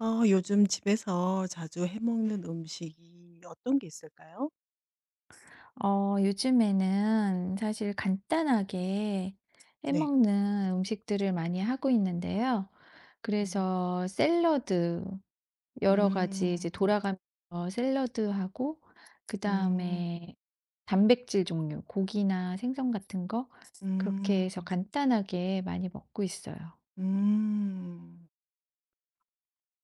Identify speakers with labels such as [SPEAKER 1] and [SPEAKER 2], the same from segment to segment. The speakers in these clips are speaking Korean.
[SPEAKER 1] 요즘 집에서 자주 해 먹는 음식이 어떤 게 있을까요?
[SPEAKER 2] 요즘에는 사실 간단하게
[SPEAKER 1] 네.
[SPEAKER 2] 해먹는 음식들을 많이 하고 있는데요.
[SPEAKER 1] 음.
[SPEAKER 2] 그래서 샐러드, 여러 가지 이제
[SPEAKER 1] 음.
[SPEAKER 2] 돌아가면서 샐러드하고, 그
[SPEAKER 1] 음.
[SPEAKER 2] 다음에 단백질 종류, 고기나 생선 같은 거, 그렇게
[SPEAKER 1] 음.
[SPEAKER 2] 해서 간단하게 많이 먹고 있어요.
[SPEAKER 1] 음.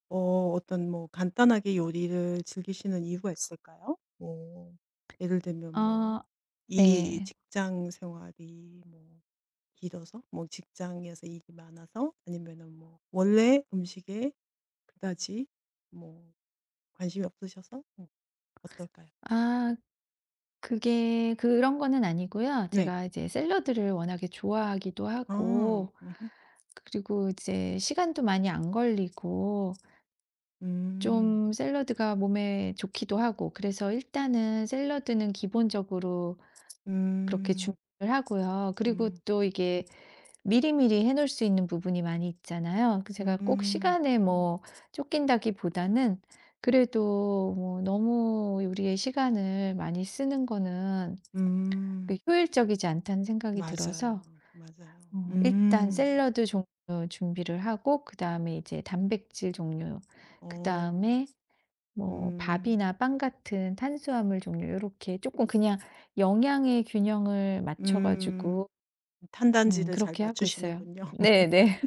[SPEAKER 1] 어 어떤 뭐 간단하게 요리를 즐기시는 이유가 있을까요? 뭐 예를 들면 뭐
[SPEAKER 2] 아,
[SPEAKER 1] 일이
[SPEAKER 2] 네.
[SPEAKER 1] 직장 생활이 뭐 길어서 뭐 직장에서 일이 많아서 아니면은 뭐 원래 음식에 그다지 뭐 관심이 없으셔서 어떨까요?
[SPEAKER 2] 아, 그게 그런 거는 아니고요.
[SPEAKER 1] 네.
[SPEAKER 2] 제가 이제 샐러드를 워낙에 좋아하기도
[SPEAKER 1] 아.
[SPEAKER 2] 하고,
[SPEAKER 1] 음음.
[SPEAKER 2] 그리고 이제 시간도 많이 안 걸리고
[SPEAKER 1] 음.
[SPEAKER 2] 좀 샐러드가 몸에 좋기도 하고 그래서 일단은 샐러드는 기본적으로 그렇게
[SPEAKER 1] 음.
[SPEAKER 2] 준비를 하고요. 그리고
[SPEAKER 1] 음.
[SPEAKER 2] 또 이게 미리미리 해 놓을 수 있는 부분이 많이 있잖아요. 그 제가 꼭
[SPEAKER 1] 음.
[SPEAKER 2] 시간에 뭐 쫓긴다기보다는 그래도 뭐 너무 요리에 시간을 많이 쓰는 거는 그
[SPEAKER 1] 음.
[SPEAKER 2] 효율적이지 않다는 생각이 들어서
[SPEAKER 1] 맞아요. 맞아요.
[SPEAKER 2] 일단
[SPEAKER 1] 음.
[SPEAKER 2] 샐러드 종류 준비를 하고, 그다음에 이제 단백질 종류,
[SPEAKER 1] 어.
[SPEAKER 2] 그다음에 뭐
[SPEAKER 1] 음.
[SPEAKER 2] 밥이나 빵 같은 탄수화물 종류 이렇게 조금 그냥 영양의 균형을 맞춰
[SPEAKER 1] 음.
[SPEAKER 2] 가지고
[SPEAKER 1] 탄단지를 잘
[SPEAKER 2] 그렇게 하고 있어요.
[SPEAKER 1] 맞추시는군요.
[SPEAKER 2] 네네. 네.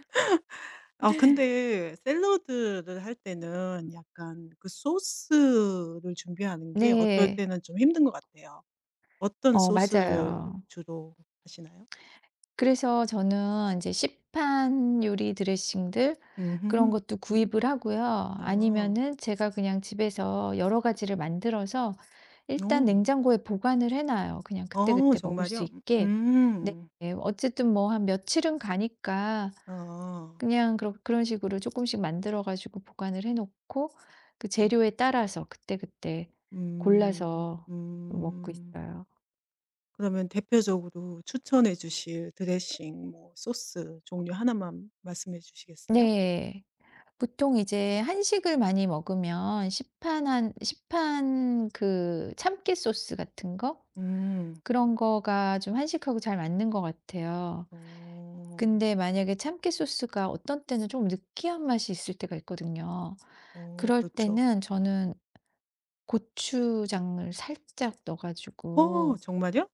[SPEAKER 1] 아 근데 샐러드를 할 때는 약간 그 소스를 준비하는
[SPEAKER 2] 네.
[SPEAKER 1] 게 어떨
[SPEAKER 2] 네.
[SPEAKER 1] 때는 좀 힘든 것 같아요. 어떤
[SPEAKER 2] 어
[SPEAKER 1] 소스를
[SPEAKER 2] 맞아요.
[SPEAKER 1] 주로 하시나요?
[SPEAKER 2] 그래서 저는 이제 시판 요리 드레싱들, 그런
[SPEAKER 1] 음
[SPEAKER 2] 것도 구입을 하고요.
[SPEAKER 1] 아.
[SPEAKER 2] 아니면은 제가 그냥 집에서 여러 가지를 만들어서 일단
[SPEAKER 1] 어.
[SPEAKER 2] 냉장고에 보관을 해 놔요, 그냥
[SPEAKER 1] 어
[SPEAKER 2] 그때그때 먹을 수
[SPEAKER 1] 정말요?
[SPEAKER 2] 있게. 네.
[SPEAKER 1] 음.
[SPEAKER 2] 어쨌든 뭐 한 며칠은 가니까
[SPEAKER 1] 아.
[SPEAKER 2] 그냥 그런 식으로 조금씩 만들어 가지고 보관을 해 놓고, 그
[SPEAKER 1] 음.
[SPEAKER 2] 재료에 따라서 그때그때
[SPEAKER 1] 음.
[SPEAKER 2] 골라서 먹고
[SPEAKER 1] 음.
[SPEAKER 2] 있어요.
[SPEAKER 1] 그러면 대표적으로 추천해 주실 드레싱 뭐 소스 종류 하나만 말씀해 주시겠어요?
[SPEAKER 2] 네. 보통 이제 한식을 많이 먹으면 시판 그 참깨 소스 같은 거,
[SPEAKER 1] 음.
[SPEAKER 2] 그런 거가 좀 한식하고 잘 맞는 것 같아요.
[SPEAKER 1] 어.
[SPEAKER 2] 근데 만약에 참깨 소스가 어떤 때는 좀 느끼한 맛이 있을 때가 있거든요.
[SPEAKER 1] 어
[SPEAKER 2] 그럴
[SPEAKER 1] 그렇죠.
[SPEAKER 2] 때는 저는 고추장을 살짝 넣어 가지고,
[SPEAKER 1] 어 정말요?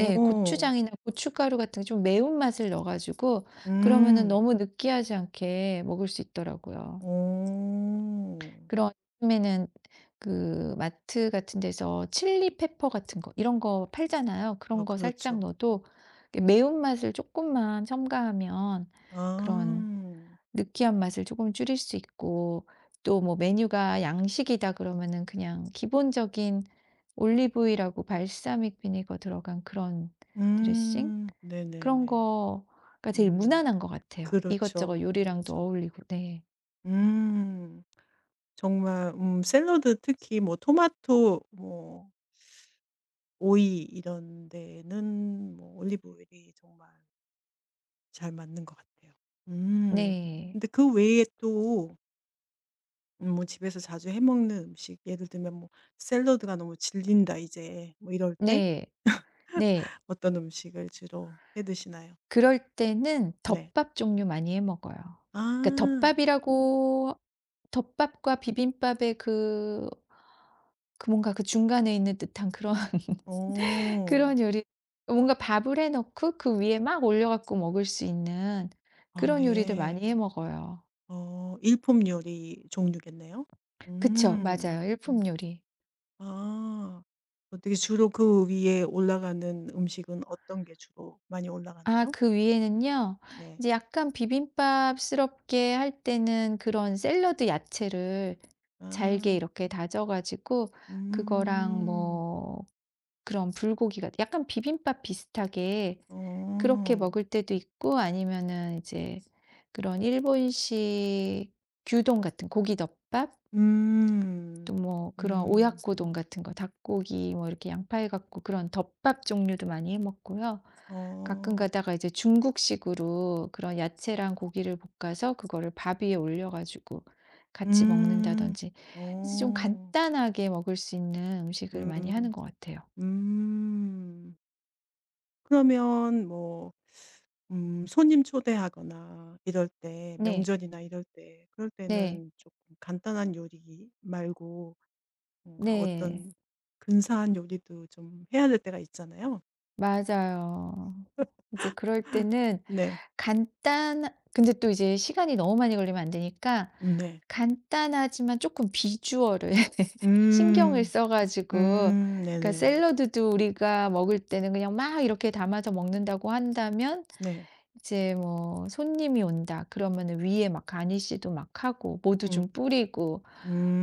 [SPEAKER 2] 예, 고추장이나 고춧가루 같은 게 좀 매운맛을 넣어 가지고 그러면은
[SPEAKER 1] 음.
[SPEAKER 2] 너무 느끼하지 않게 먹을 수 있더라고요.
[SPEAKER 1] 오,
[SPEAKER 2] 그런, 요즘에는 그 마트 같은 데서 칠리 페퍼 같은 거 이런 거 팔잖아요.
[SPEAKER 1] 아
[SPEAKER 2] 그런 거 살짝
[SPEAKER 1] 그렇죠.
[SPEAKER 2] 넣어도 이렇게 매운맛을 조금만 첨가하면 그런
[SPEAKER 1] 아.
[SPEAKER 2] 느끼한 맛을 조금 줄일 수 있고, 또 뭐 메뉴가 양식이다 그러면은 그냥 기본적인 올리브유라고 발사믹 비니거 들어간 그런 드레싱?
[SPEAKER 1] 음.
[SPEAKER 2] 그런
[SPEAKER 1] 네네네.
[SPEAKER 2] 거가 제일
[SPEAKER 1] 음.
[SPEAKER 2] 무난한 것 같아요. 이것저것
[SPEAKER 1] 그렇죠,
[SPEAKER 2] 요리랑도
[SPEAKER 1] 그렇죠.
[SPEAKER 2] 어울리고. 네.
[SPEAKER 1] 음. 정말 샐러드 특히 뭐 토마토 뭐 오이 이런 데는 뭐 올리브 오일이 정말 잘 맞는 것 같아요. 음.
[SPEAKER 2] 네.
[SPEAKER 1] 근데 그 외에 또 뭐 집에서 자주 해 먹는 음식 예를 들면 뭐 '샐러드가 너무 질린다 이제.' 뭐 이럴 때
[SPEAKER 2] 네. 네.
[SPEAKER 1] 어떤 음식을 주로 해 드시나요?
[SPEAKER 2] 그럴 때는
[SPEAKER 1] 네.
[SPEAKER 2] 덮밥 종류 많이 해 먹어요. 그러니까
[SPEAKER 1] 아.
[SPEAKER 2] 덮밥이라고, 덮밥과 비빔밥의 그 뭔가 그 중간에 있는 듯한 그런
[SPEAKER 1] 어.
[SPEAKER 2] 그런 요리, 뭔가 밥을 해 놓고 그 위에 막 올려 갖고 먹을 수 있는
[SPEAKER 1] 아
[SPEAKER 2] 그런 요리들
[SPEAKER 1] 네.
[SPEAKER 2] 많이 해 먹어요.
[SPEAKER 1] 일품 요리 종류겠네요.
[SPEAKER 2] 그쵸.
[SPEAKER 1] 음.
[SPEAKER 2] 맞아요. 일품 요리.
[SPEAKER 1] 아. 어떻게 주로 그 위에 올라가는 음식은 어떤 게 주로 많이
[SPEAKER 2] 아,
[SPEAKER 1] 올라가나요?
[SPEAKER 2] 그 위에는요,
[SPEAKER 1] 네.
[SPEAKER 2] 이제 약간 비빔밥스럽게 할 때는 그런 샐러드 야채를 잘게
[SPEAKER 1] 아.
[SPEAKER 2] 이렇게 다져 가지고 그거랑
[SPEAKER 1] 음.
[SPEAKER 2] 뭐 그런 불고기 같 약간 비빔밥 비슷하게 그렇게
[SPEAKER 1] 어.
[SPEAKER 2] 먹을 때도 있고, 아니면은 이제 그런 일본식 규동 같은 고기덮밥, 또
[SPEAKER 1] 음.
[SPEAKER 2] 뭐 그런 오야
[SPEAKER 1] 음.
[SPEAKER 2] 고동 같은 거 닭고기 뭐 이렇게 양파 해 갖고 그런 덮밥 종류도 많이 해 먹고요. 가끔
[SPEAKER 1] 어.
[SPEAKER 2] 가다가 이제 중국식으로 그런 야채랑 고기를 볶아서 그거를 밥 위에 올려 가지고 같이
[SPEAKER 1] 음.
[SPEAKER 2] 먹는다든지, 이제 좀
[SPEAKER 1] 어.
[SPEAKER 2] 간단하게 먹을 수 있는 음식을
[SPEAKER 1] 음.
[SPEAKER 2] 많이 하는 것 같아요.
[SPEAKER 1] 음. 그러면 뭐 손님 초대하거나 이럴 때
[SPEAKER 2] 네.
[SPEAKER 1] 명절이나 이럴 때 그럴
[SPEAKER 2] 네.
[SPEAKER 1] 때는 조금 간단한 요리 말고 뭔가
[SPEAKER 2] 네.
[SPEAKER 1] 어떤 근사한 요리도 좀 해야 될 때가 있잖아요.
[SPEAKER 2] 맞아요. 이제 그럴 때는
[SPEAKER 1] 네.
[SPEAKER 2] 간단 근데 또 이제 시간이 너무 많이 걸리면 안 되니까
[SPEAKER 1] 음. 네.
[SPEAKER 2] 간단하지만 조금 비주얼을 신경을
[SPEAKER 1] 음.
[SPEAKER 2] 써 가지고,
[SPEAKER 1] 음.
[SPEAKER 2] 그러니까
[SPEAKER 1] 네네.
[SPEAKER 2] 샐러드도 우리가 먹을 때는 그냥 막 이렇게 담아서 먹는다고 한다면
[SPEAKER 1] 네.
[SPEAKER 2] 이제 뭐 손님이 온다 그러면 위에 막 가니쉬도 막 하고 모두 좀
[SPEAKER 1] 음.
[SPEAKER 2] 뿌리고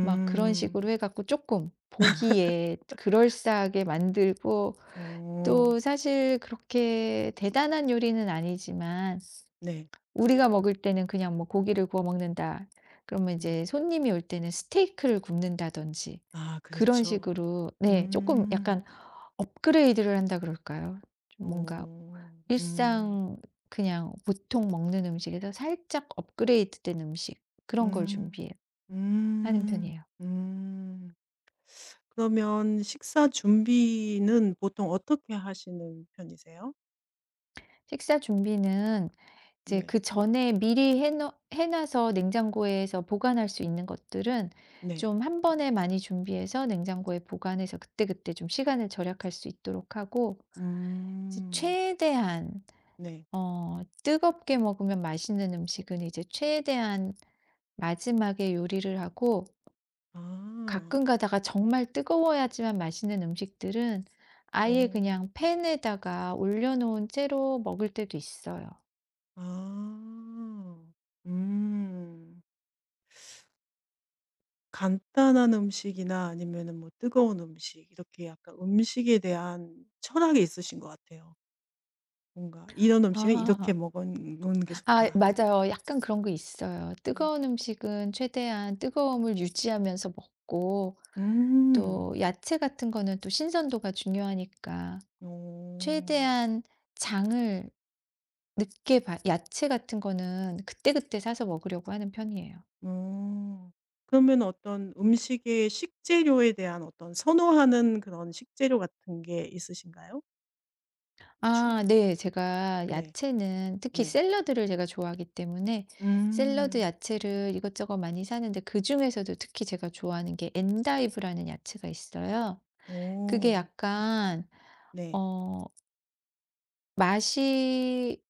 [SPEAKER 2] 막 그런 식으로 해 갖고 조금 보기에 그럴싸하게 만들고,
[SPEAKER 1] 어.
[SPEAKER 2] 또 사실 그렇게 대단한 요리는 아니지만
[SPEAKER 1] 네.
[SPEAKER 2] 우리가 먹을 때는 그냥 뭐 고기를 구워 먹는다. 그러면
[SPEAKER 1] 네.
[SPEAKER 2] 이제 손님이 올 때는 스테이크를 굽는다든지
[SPEAKER 1] 아
[SPEAKER 2] 그런
[SPEAKER 1] 그렇죠.
[SPEAKER 2] 식으로, 네, 조금
[SPEAKER 1] 음.
[SPEAKER 2] 약간 업그레이드를 한다 그럴까요? 좀 뭔가
[SPEAKER 1] 어. 음.
[SPEAKER 2] 일상 그냥 보통 먹는 음식에서 살짝 업그레이드된 음식, 그런 걸
[SPEAKER 1] 음.
[SPEAKER 2] 준비해요, 하는
[SPEAKER 1] 음.
[SPEAKER 2] 편이에요.
[SPEAKER 1] 음. 그러면 식사 준비는 보통 어떻게 하시는 편이세요?
[SPEAKER 2] 식사 준비는 이제
[SPEAKER 1] 네.
[SPEAKER 2] 그전에 미리 해놓 해 놔서 냉장고에서 보관할 수 있는 것들은
[SPEAKER 1] 네.
[SPEAKER 2] 좀 한 번에 많이 준비해서 냉장고에 보관해서 그때그때 좀 시간을 절약할 수 있도록 하고, 이제
[SPEAKER 1] 음.
[SPEAKER 2] 최대한
[SPEAKER 1] 네.
[SPEAKER 2] 뜨겁게 먹으면 맛있는 음식은 이제 최대한 마지막에 요리를 하고,
[SPEAKER 1] 아.
[SPEAKER 2] 가끔 가다가 정말 뜨거워야지만 맛있는 음식들은 아예
[SPEAKER 1] 어.
[SPEAKER 2] 그냥 팬에다가 올려 놓은 채로 먹을 때도 있어요.
[SPEAKER 1] 아. 음. 간단한 음식이나 아니면은 뭐 뜨거운 음식 이렇게 약간 음식에 대한 철학이 있으신 것 같아요. 뭔가 '이런 음식은 이렇게
[SPEAKER 2] 아.
[SPEAKER 1] 먹는 게
[SPEAKER 2] 아,
[SPEAKER 1] 좋다.'
[SPEAKER 2] 맞아요. 약간 그런 거 있어요. 뜨거운 음식은 최대한 뜨거움을 유지하면서 먹고,
[SPEAKER 1] 음.
[SPEAKER 2] 또 야채 같은 거는 또 신선도가 중요하니까
[SPEAKER 1] 오.
[SPEAKER 2] 최대한 장을 늦게 봐, 야채 같은 거는 그때그때 사서 먹으려고 하는 편이에요.
[SPEAKER 1] 오. 그러면 어떤 음식의 식재료에 대한 어떤 선호하는 그런 식재료 같은 게 있으신가요? 추
[SPEAKER 2] 아, 네. 제가
[SPEAKER 1] 네.
[SPEAKER 2] 야채는 특히
[SPEAKER 1] 네.
[SPEAKER 2] 샐러드를 제가 좋아하기 때문에 샐러드
[SPEAKER 1] 음.
[SPEAKER 2] 야채를 이것저것 많이 사는데, 그중에서도 특히 제가 좋아하는 게 엔다이브라는 야채가 있어요. 그게
[SPEAKER 1] 오.
[SPEAKER 2] 약간
[SPEAKER 1] 네.
[SPEAKER 2] 어 맛이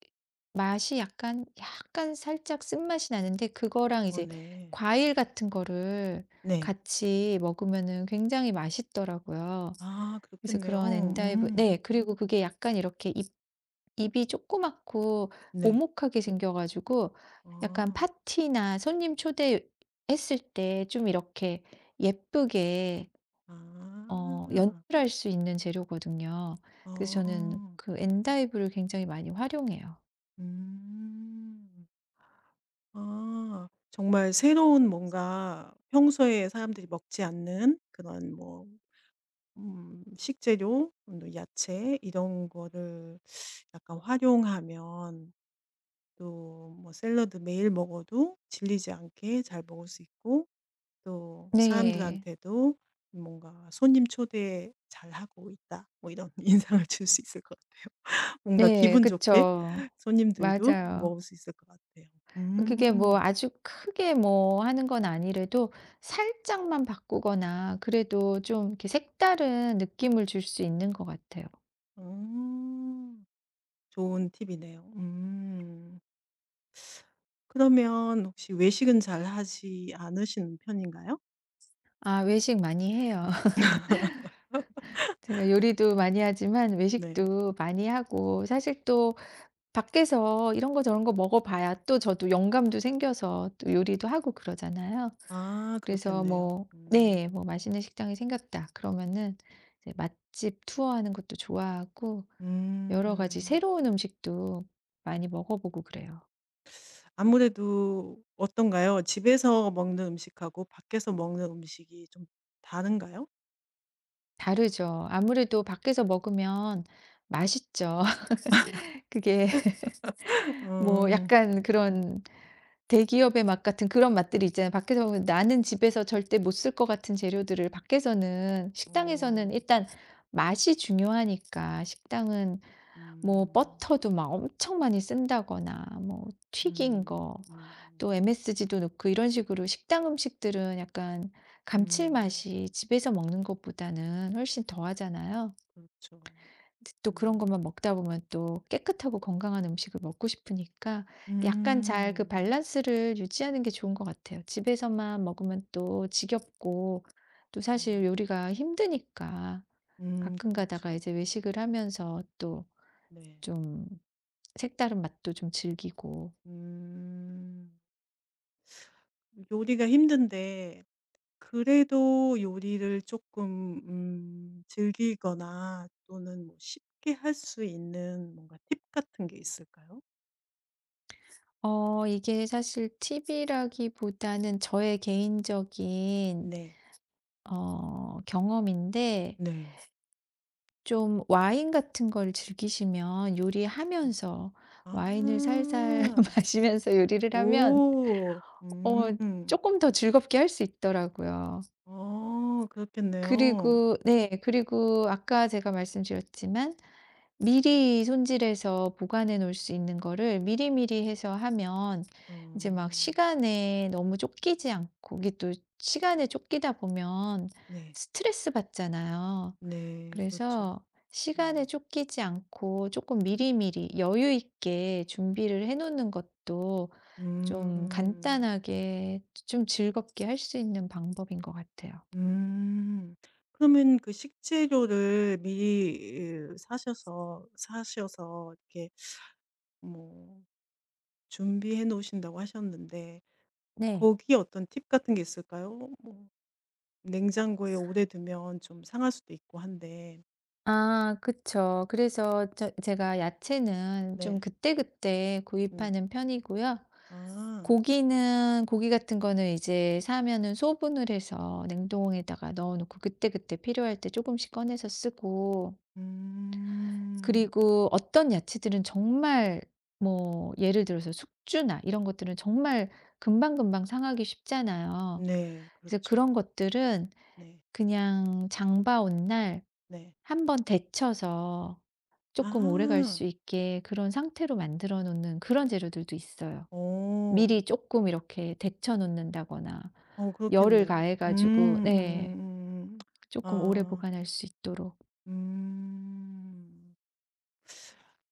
[SPEAKER 2] 맛이 약간 살짝 쓴맛이 나는데 그거랑
[SPEAKER 1] 어
[SPEAKER 2] 이제
[SPEAKER 1] 네.
[SPEAKER 2] 과일 같은 거를
[SPEAKER 1] 네.
[SPEAKER 2] 같이 먹으면은 굉장히 맛있더라고요.
[SPEAKER 1] 아
[SPEAKER 2] 그래서
[SPEAKER 1] 그렇겠네요.
[SPEAKER 2] 그런 엔다이브,
[SPEAKER 1] 음.
[SPEAKER 2] 네. 그리고 그게 약간 이렇게 입 입이 조그맣고
[SPEAKER 1] 네.
[SPEAKER 2] 오목하게 생겨 가지고 약간
[SPEAKER 1] 어.
[SPEAKER 2] 파티나 손님 초대했을 때 좀 이렇게 예쁘게
[SPEAKER 1] 아.
[SPEAKER 2] 연출할 수 있는 재료거든요. 그래서 저는
[SPEAKER 1] 어.
[SPEAKER 2] 그 엔다이브를 굉장히 많이 활용해요.
[SPEAKER 1] 음. 아. 정말 새로운 뭔가 평소에 사람들이 먹지 않는 그런 뭐 식재료 뭐 야채 이런 거를 약간 활용하면 또 뭐 샐러드 매일 먹어도 질리지 않게 잘 먹을 수 있고 또
[SPEAKER 2] 네.
[SPEAKER 1] 사람들한테도 뭔가 '손님 초대 잘하고 있다.' 뭐 이런 인상을 줄 수 있을 것 같아요. 뭔가
[SPEAKER 2] 네.
[SPEAKER 1] 기분 좋게
[SPEAKER 2] 그쵸.
[SPEAKER 1] 손님들도
[SPEAKER 2] 맞아요.
[SPEAKER 1] 먹을 수 있을 것 같아요. 음.
[SPEAKER 2] 그게 뭐 아주 크게 뭐 하는 건 아니래도 살짝만 바꾸거나 그래도 좀 이렇게 색다른 느낌을 줄 수 있는 것 같아요.
[SPEAKER 1] 음. 좋은 팁이네요. 음. 그러면 혹시 외식은 잘 하지 않으시는 편인가요?
[SPEAKER 2] 아, 외식 많이 해요. 제가 요리도 많이 하지만
[SPEAKER 1] 네.
[SPEAKER 2] 외식도 많이 하고, 사실 또 밖에서 이런 거 저런 거 먹어 봐야 또 저도 영감도 생겨서 또 요리도 하고 그러잖아요.
[SPEAKER 1] 아
[SPEAKER 2] 그래서
[SPEAKER 1] 그렇겠네요.
[SPEAKER 2] 뭐, 네, 뭐
[SPEAKER 1] 음.
[SPEAKER 2] 맛있는 식당이 생겼다 그러면은 이제 맛집 투어하는 것도 좋아하고 여러 가지
[SPEAKER 1] 음.
[SPEAKER 2] 새로운 음식도 많이 먹어 보고 그래요.
[SPEAKER 1] 아무래도 어떤가요? 집에서 먹는 음식하고 밖에서 먹는 음식이 좀 다른가요?
[SPEAKER 2] 다르죠. 아무래도 밖에서 먹으면 맛있죠. 그게 뭐
[SPEAKER 1] 음.
[SPEAKER 2] 약간 그런 대기업의 맛 같은 그런 맛들이 있잖아요. 밖에서 보면 나는 집에서 절대 못 쓸 것 같은 재료들을 밖에서는, 식당에서는
[SPEAKER 1] 어.
[SPEAKER 2] 일단 맛이 중요하니까, 식당은 뭐
[SPEAKER 1] 음.
[SPEAKER 2] 버터도 막 엄청 많이 쓴다거나 뭐 튀긴
[SPEAKER 1] 음.
[SPEAKER 2] 거, 또
[SPEAKER 1] 음.
[SPEAKER 2] MSG도 넣고 이런 식으로 식당 음식들은 약간
[SPEAKER 1] 음.
[SPEAKER 2] 감칠맛이 집에서 먹는 것보다는 훨씬 더하잖아요.
[SPEAKER 1] 그렇죠.
[SPEAKER 2] 또 그런
[SPEAKER 1] 음.
[SPEAKER 2] 것만 먹다 보면 또 깨끗하고 건강한 음식을 먹고 싶으니까 약간 잘 그
[SPEAKER 1] 음.
[SPEAKER 2] 밸런스를 유지하는 게 좋은 것 같아요. 집에서만 먹으면 또 지겹고 또
[SPEAKER 1] 어.
[SPEAKER 2] 사실 요리가 힘드니까
[SPEAKER 1] 음.
[SPEAKER 2] 가끔 가다가
[SPEAKER 1] 그렇죠.
[SPEAKER 2] 이제 외식을 하면서 또
[SPEAKER 1] 네.
[SPEAKER 2] 좀 색다른 맛도 좀 즐기고.
[SPEAKER 1] 음. 요리가 힘든데 그래도 요리를 조금 즐기거나 또는 뭐 쉽게 할 수 있는 뭔가 팁 같은 게 있을까요?
[SPEAKER 2] 이게 사실 팁이라기보다는 저의 개인적인
[SPEAKER 1] 네.
[SPEAKER 2] 경험인데,
[SPEAKER 1] 네.
[SPEAKER 2] 좀 와인 같은 걸 즐기시면
[SPEAKER 1] 음.
[SPEAKER 2] 요리하면서 와인을 살살
[SPEAKER 1] 아.
[SPEAKER 2] 마시면서 요리를 하면
[SPEAKER 1] 오.
[SPEAKER 2] 어
[SPEAKER 1] 음.
[SPEAKER 2] 조금 더 즐겁게 할 수 있더라고요.
[SPEAKER 1] 어 그렇겠네요.
[SPEAKER 2] 그리고, 네, 그리고 아까 제가 말씀드렸지만 미리 손질해서 보관해 놓을 수 있는 거를 미리미리 해서 하면 이제 막
[SPEAKER 1] 어.
[SPEAKER 2] 시간에 너무 쫓기지 않고, 이게 또 시간에 쫓기다 보면
[SPEAKER 1] 네.
[SPEAKER 2] 스트레스 받잖아요.
[SPEAKER 1] 네. 그렇죠.
[SPEAKER 2] 그래서 시간에
[SPEAKER 1] 음.
[SPEAKER 2] 쫓기지 않고 조금 미리미리 여유 있게 준비를 해 놓는 것도 좀
[SPEAKER 1] 음.
[SPEAKER 2] 간단하게 좀 즐겁게 할 수 있는 방법인 것 같아요.
[SPEAKER 1] 음. 그러면 그 식재료를 미리 으 사셔서 이렇게 뭐 준비해 놓으신다고 하셨는데
[SPEAKER 2] 네.
[SPEAKER 1] 거기에 어떤 팁 같은 게 있을까요? 뭐 냉장고에 오래 두면 좀 상할 수도 있고 한데.
[SPEAKER 2] 아, 그쵸. 그래서 제가 야채는 좀
[SPEAKER 1] 네.
[SPEAKER 2] 그때그때
[SPEAKER 1] 네.
[SPEAKER 2] 구입하는 편이고요.
[SPEAKER 1] 아.
[SPEAKER 2] 고기 같은 거는 이제 사면은 소분을 해서 냉동에다가 넣어 놓고 그때그때 필요할 때 조금씩 꺼내서 쓰고,
[SPEAKER 1] 음.
[SPEAKER 2] 그리고 어떤 야채들은 정말 뭐 예를 들어서 숙주나 이런 것들은 정말 금방금방 상하기 쉽잖아요.
[SPEAKER 1] 네.
[SPEAKER 2] 그래서
[SPEAKER 1] 그렇죠.
[SPEAKER 2] 그런 것들은
[SPEAKER 1] 네.
[SPEAKER 2] 그냥 장봐 온 날
[SPEAKER 1] 네.
[SPEAKER 2] 한번 데쳐서 조금 오래갈
[SPEAKER 1] 아.
[SPEAKER 2] 수 있게 그런 상태로 만들어 놓는 그런 재료들도 있어요.
[SPEAKER 1] 어.
[SPEAKER 2] 미리 조금 이렇게 데쳐 놓는다거나
[SPEAKER 1] 어
[SPEAKER 2] 열을
[SPEAKER 1] 그렇겠네요.
[SPEAKER 2] 가해
[SPEAKER 1] 음.
[SPEAKER 2] 가지고, 네, 조금 오래
[SPEAKER 1] 아.
[SPEAKER 2] 보관할 수 있도록.
[SPEAKER 1] 음.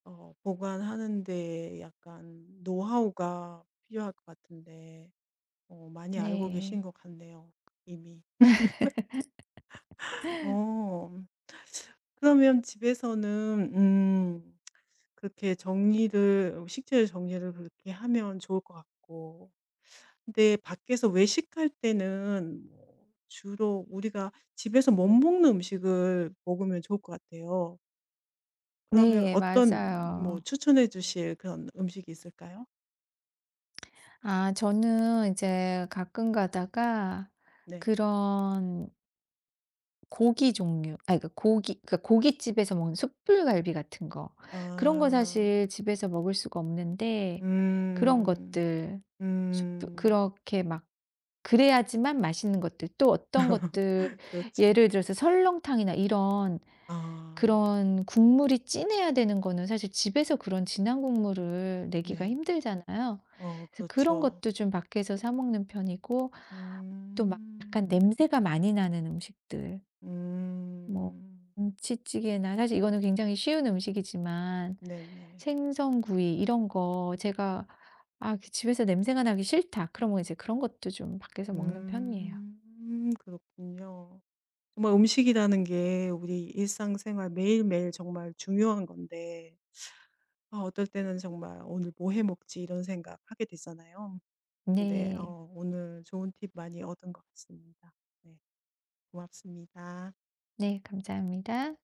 [SPEAKER 1] 보관하는 데 약간 노하우가 필요할 것 같은데 많이 알고 계신
[SPEAKER 2] 네.
[SPEAKER 1] 것 같네요, 이미. 어. 그러면 집에서는 그렇게 정리를 식재료 정리를 그렇게 하면 좋을 것 같고 근데 밖에서 외식할 때는 뭐 주로 우리가 집에서 못 먹는 음식을 먹으면 좋을 것 같아요. 그러면
[SPEAKER 2] 네.
[SPEAKER 1] 어떤 뭐
[SPEAKER 2] 맞아요.
[SPEAKER 1] 추천해 주실 그런 음식이 있을까요?
[SPEAKER 2] 아, 저는 이제 가끔 가다가
[SPEAKER 1] 네.
[SPEAKER 2] 그런 고기 종류, 아니 그 고기, 그러니까 고깃집에서 먹는 숯불갈비 같은 거, 그런 거
[SPEAKER 1] 아.
[SPEAKER 2] 사실 집에서 먹을 수가 없는데 그런
[SPEAKER 1] 음.
[SPEAKER 2] 것들, 숯불
[SPEAKER 1] 음.
[SPEAKER 2] 그렇게 막 그래야지만 맛있는 것들, 또 어떤 것들
[SPEAKER 1] 그렇죠.
[SPEAKER 2] 예를 들어서 설렁탕이나 이런,
[SPEAKER 1] 아.
[SPEAKER 2] 그런 국물이 진해야 되는 거는 사실 집에서 그런 진한 국물을 내기가
[SPEAKER 1] 네.
[SPEAKER 2] 힘들잖아요.
[SPEAKER 1] 어
[SPEAKER 2] 그래서 그런
[SPEAKER 1] 그렇죠.
[SPEAKER 2] 것도 좀 밖에서 사 먹는 편이고, 또 막
[SPEAKER 1] 음.
[SPEAKER 2] 약간 냄새가 많이 나는 음식들, 뭐
[SPEAKER 1] 음.
[SPEAKER 2] 김치찌개나 사실 이거는 굉장히 쉬운 음식이지만
[SPEAKER 1] 네네.
[SPEAKER 2] 생선구이 이런 거 제가 '아 그 집에서 냄새가 나기 싫다.' 그러면 이제 그런 것도 좀 밖에서 먹는 편이에요.
[SPEAKER 1] 음. 그렇군요. 정말 음식이라는 게 우리 일상생활 매일매일 정말 중요한 건데 아 어떨 때는 정말 '오늘 뭐 해 먹지?' 이런 생각 하게 되잖아요. 근데
[SPEAKER 2] 네,
[SPEAKER 1] 오늘 좋은 팁 많이 얻은 것 같습니다. 네. 고맙습니다.
[SPEAKER 2] 네 감사합니다.